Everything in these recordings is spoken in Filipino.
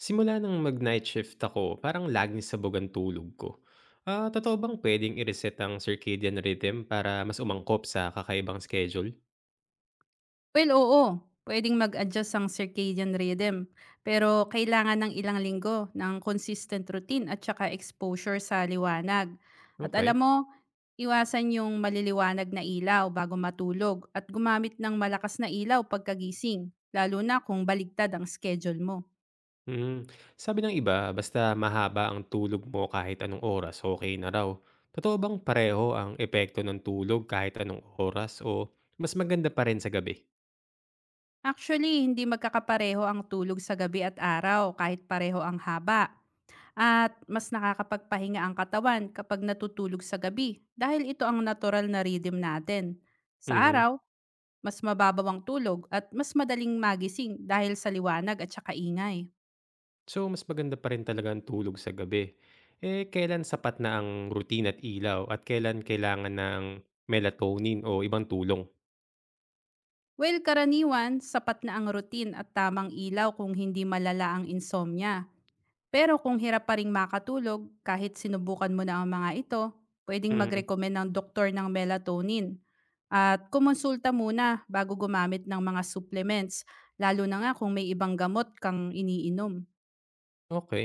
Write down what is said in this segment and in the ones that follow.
Simula nang mag-night shift ako, parang laging sabog ang tulog ko. Ah, totoo bang pwedeng i-reset ang circadian rhythm para mas umangkop sa kakaibang schedule? Well, oo. Pwedeng mag-adjust ang circadian rhythm, pero kailangan ng ilang linggo ng consistent routine at saka exposure sa liwanag. At alam Okay. mo, iwasan yung maliliwanag na ilaw bago matulog at gumamit ng malakas na ilaw pagkagising, lalo na kung baligtad ang schedule mo. Hmm. Sabi ng iba, basta mahaba ang tulog mo kahit anong oras, okay na raw. Totoo bang pareho ang epekto ng tulog kahit anong oras o mas maganda pa rin sa gabi? Actually, hindi magkakapareho ang tulog sa gabi at araw kahit pareho ang haba. At mas nakakapagpahinga ang katawan kapag natutulog sa gabi dahil ito ang natural na rhythm natin. Sa Mhm. araw, mas mababaw ang tulog at mas madaling magising dahil sa liwanag at saka ingay. So, mas maganda pa rin talaga ang tulog sa gabi. Eh, kailan sapat na ang routine at ilaw at kailan kailangan ng melatonin o ibang tulong? Well, karaniwan, sapat na ang routine at tamang ilaw kung hindi malala ang insomnia. Pero kung hirap pa rin makatulog, kahit sinubukan mo na ang mga ito, pwedeng Mm, mag-recommend ng doktor ng melatonin. At kumonsulta muna bago gumamit ng mga supplements, lalo na nga kung may ibang gamot kang iniinom. okey.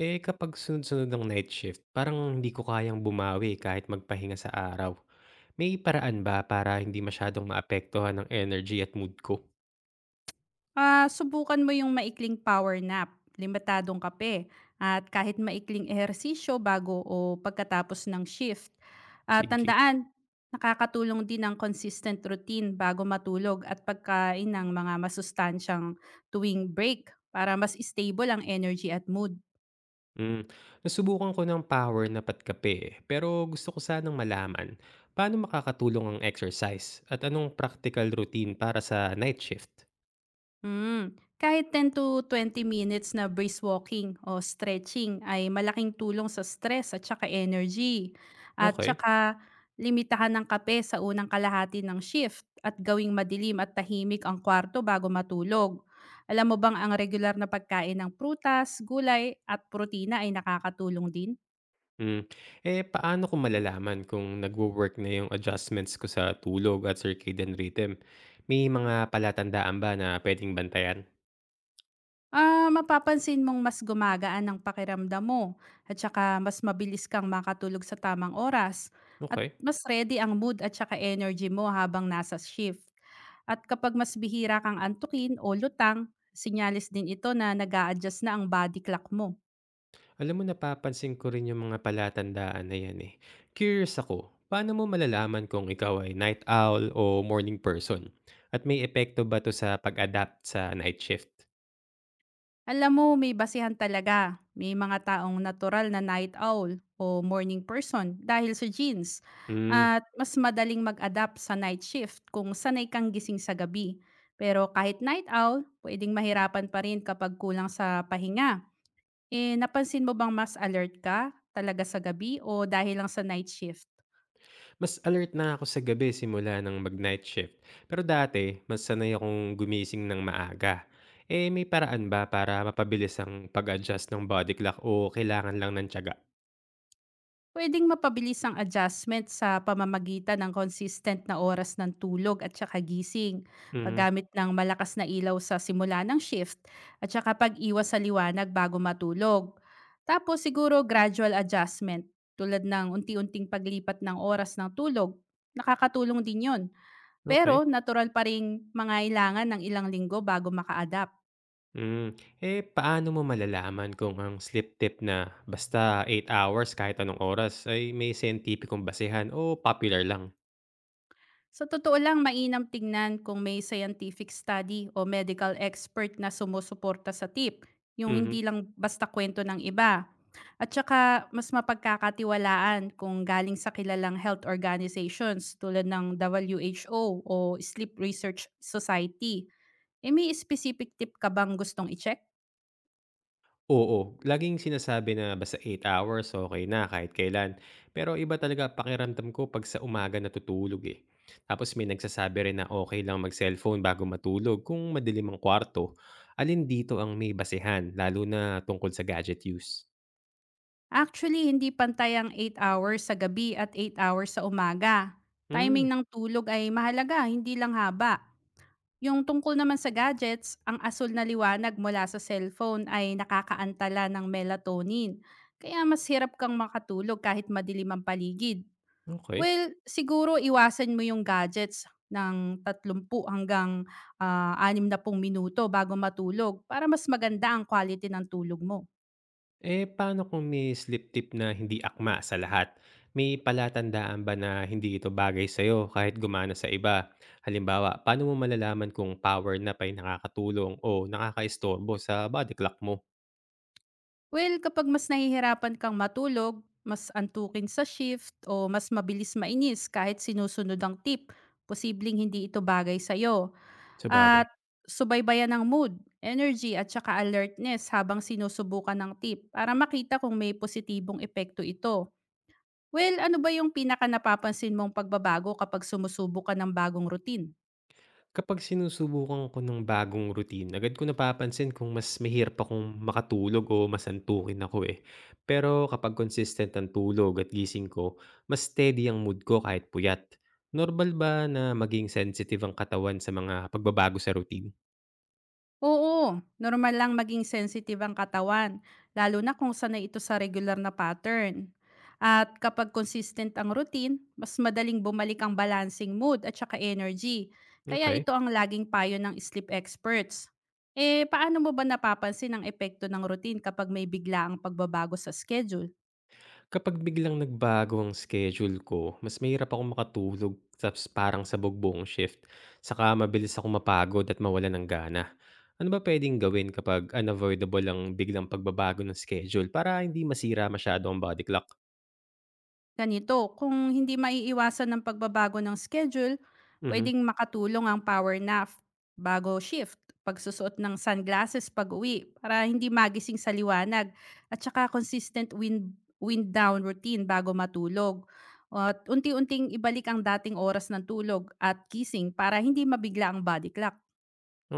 Eh, kapag sunod-sunod ng night shift, parang hindi ko kayang bumawi kahit magpahinga sa araw. May paraan ba para hindi masyadong maapektuhan ng energy at mood ko? Ah, subukan mo yung maikling power nap, limitadong kape, at kahit maikling ehersisyo bago o pagkatapos ng shift. At Sige. tandaan, nakakatulong din ang consistent routine bago matulog at pagkain ng mga masustansyang tuwing break para mas stable ang energy at mood. Hmm, Nasubukan ko ng power na patkape eh, pero gusto ko sanang malaman paano makakatulong ang exercise at anong practical routine para sa night shift. Hmm, kahit 10 to 20 minutes na brisk walking o stretching ay malaking tulong sa stress at saka energy. At Okay. saka limitahan ng kape sa unang kalahati ng shift at gawing madilim at tahimik ang kwarto bago matulog. Alam mo bang ang regular na pagkain ng prutas, gulay at protina ay nakakatulong din? Hmm. Eh, paano ko malalaman kung nagwo-work na yung adjustments ko sa tulog at circadian rhythm? May mga palatandaan ba na pwedeng bantayan? Ah, mapapansin mong mas gumagaan ang pakiramdam mo at saka mas mabilis kang makatulog sa tamang oras at Okay. mas ready ang mood at saka energy mo habang nasa shift. At kapag mas bihira kang antukin o lutang, sinyalis din ito na nag adjust na ang body clock mo. Alam mo, napapansin ko rin yung mga palatandaan na yan, eh. Curious ako, paano mo malalaman kung ikaw ay night owl o morning person? At may epekto ba 'to sa pag-adapt sa night shift? Alam mo, may basihan talaga. May mga taong natural na night owl o morning person dahil sa genes. Hmm, At mas madaling mag-adapt sa night shift kung sanay kang gising sa gabi. Pero kahit night owl, pwedeng mahirapan pa rin kapag kulang sa pahinga. Eh, napansin mo bang mas alert ka talaga sa gabi o dahil lang sa night shift? Mas alert na ako sa gabi simula ng mag-night shift. Pero dati, mas sanay akong gumising ng maaga. Eh, may paraan ba para mapabilis ang pag-adjust ng body clock o kailangan lang ng tiyaga? Puwedeng mapabilis ang adjustment sa pamamagitan ng consistent na oras ng tulog at saka gising, Mhm, paggamit ng malakas na ilaw sa simula ng shift, at saka pag-iwas sa liwanag bago matulog. Tapos siguro gradual adjustment tulad ng unti-unting paglipat ng oras ng tulog, nakakatulong din yon. okey. Pero natural pa rin mga ilangan ng ilang linggo bago maka-adapt. Hmm, eh, paano mo malalaman kung ang sleep tip na basta 8 hours kahit anong oras ay may siyentipikong basehan o popular lang? Sa totoo lang, mainam tingnan kung may scientific study o medical expert na sumusuporta sa tip, yung Mhm. hindi lang basta kwento ng iba. At saka, mas mapagkakatiwalaan kung galing sa kilalang health organizations tulad ng WHO o o Sleep Research Society. E may specific tip ka bang gustong i-check? Oo, laging sinasabi na basta 8 hours okay na kahit kailan. Pero iba talaga pakiramdam ko 'pag sa umaga natutulog, eh. Tapos may nagsasabi rin na okay lang mag-cellphone bago matulog kung madilim ang kwarto. Alin dito ang may basehan lalo na tungkol sa gadget use? Actually, hindi pantay ang 8 hours sa gabi at 8 hours sa umaga. Hmm, Timing ng tulog ay mahalaga, hindi lang haba. Yung tungkol naman sa gadgets, ang asul na liwanag mula sa cellphone ay nakakaantala ng melatonin. Kaya mas hirap kang makatulog kahit madilim ang paligid. okay. Well, siguro iwasan mo yung gadgets ng 30 hanggang 60 minuto bago matulog para mas maganda ang quality ng tulog mo. Eh, paano kung may slip tip na hindi akma sa lahat? May palatandaan ba na hindi ito bagay sa'yo kahit gumana sa iba? Halimbawa, paano mo malalaman kung power nap ay nakakatulong o nakakaistorbo sa body clock mo? Well, kapag mas nahihirapan kang matulog, mas antukin sa shift o mas mabilis mainis kahit sinusunod ang tip, posibleng hindi ito bagay sa'yo. Sa bagay? At subaybayan ang mood, energy at saka alertness habang sinusubukan ng tip para makita kung may positibong epekto ito. Well, ano ba yung pinaka napapansin mong pagbabago kapag sumusubok ka ng bagong routine? Kapag sinusubukan ko ng bagong routine, agad ko napapansin kung mas mahirap akong makatulog o mas antukin ako eh. Pero kapag consistent ang tulog at gising ko, mas steady ang mood ko kahit puyat. Normal ba na maging sensitive ang katawan sa mga pagbabago sa routine? Oo, normal lang maging sensitive ang katawan, lalo na kung sanay ito sa regular na pattern. At kapag consistent ang routine, mas madaling bumalik ang balancing mood at saka energy. Kaya Okay. ito ang laging payo ng sleep experts. Eh, paano mo ba napapansin ang epekto ng routine kapag may bigla ang pagbabago sa schedule? Kapag biglang nagbago ang schedule ko, mas mahirap akong makatulog tapos parang sabog buong shift. Saka mabilis akong mapagod at mawala ng gana. Ano ba puwedeng gawin kapag unavoidable ang biglang pagbabago ng schedule para hindi masira masyado ang body clock? Ganito, kung hindi maiiwasan ng pagbabago ng schedule, Mhm, pwedeng makatulong ang power nap bago shift, pagsusuot ng sunglasses pag-uwi para hindi magising sa liwanag, at saka consistent wind down routine bago matulog. At unti-unting ibalik ang dating oras ng tulog at kissing para hindi mabigla ang body clock.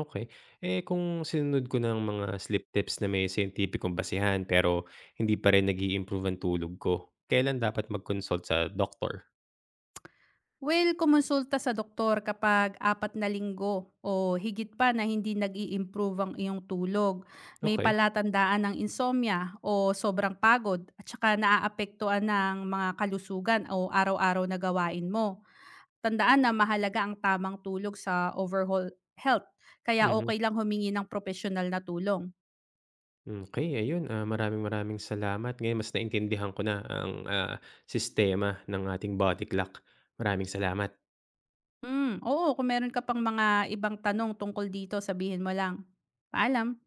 okey. Eh, kung sinunod ko ng mga sleep tips na may siyentipikong basihan pero hindi pa rin nag improve ang tulog ko, kailan dapat mag-consult sa doktor? Well, kumonsulta sa doktor kapag 4 na linggo o higit pa na hindi nag-i-improve ang iyong tulog. May Okay. palatandaan ng insomnia o sobrang pagod at saka naaapektuhan ng mga kalusugan o araw-araw na gawain mo. Tandaan na mahalaga ang tamang tulog sa overall health. Kaya Mhm. okay lang humingi ng profesional na tulong. Okay, ayun, maraming maraming salamat. Ngayon mas naintindihan ko na ang, sistema ng ating body clock. Maraming salamat. Mm, oo, kung meron ka pang mga ibang tanong tungkol dito, sabihin mo lang. Paalam.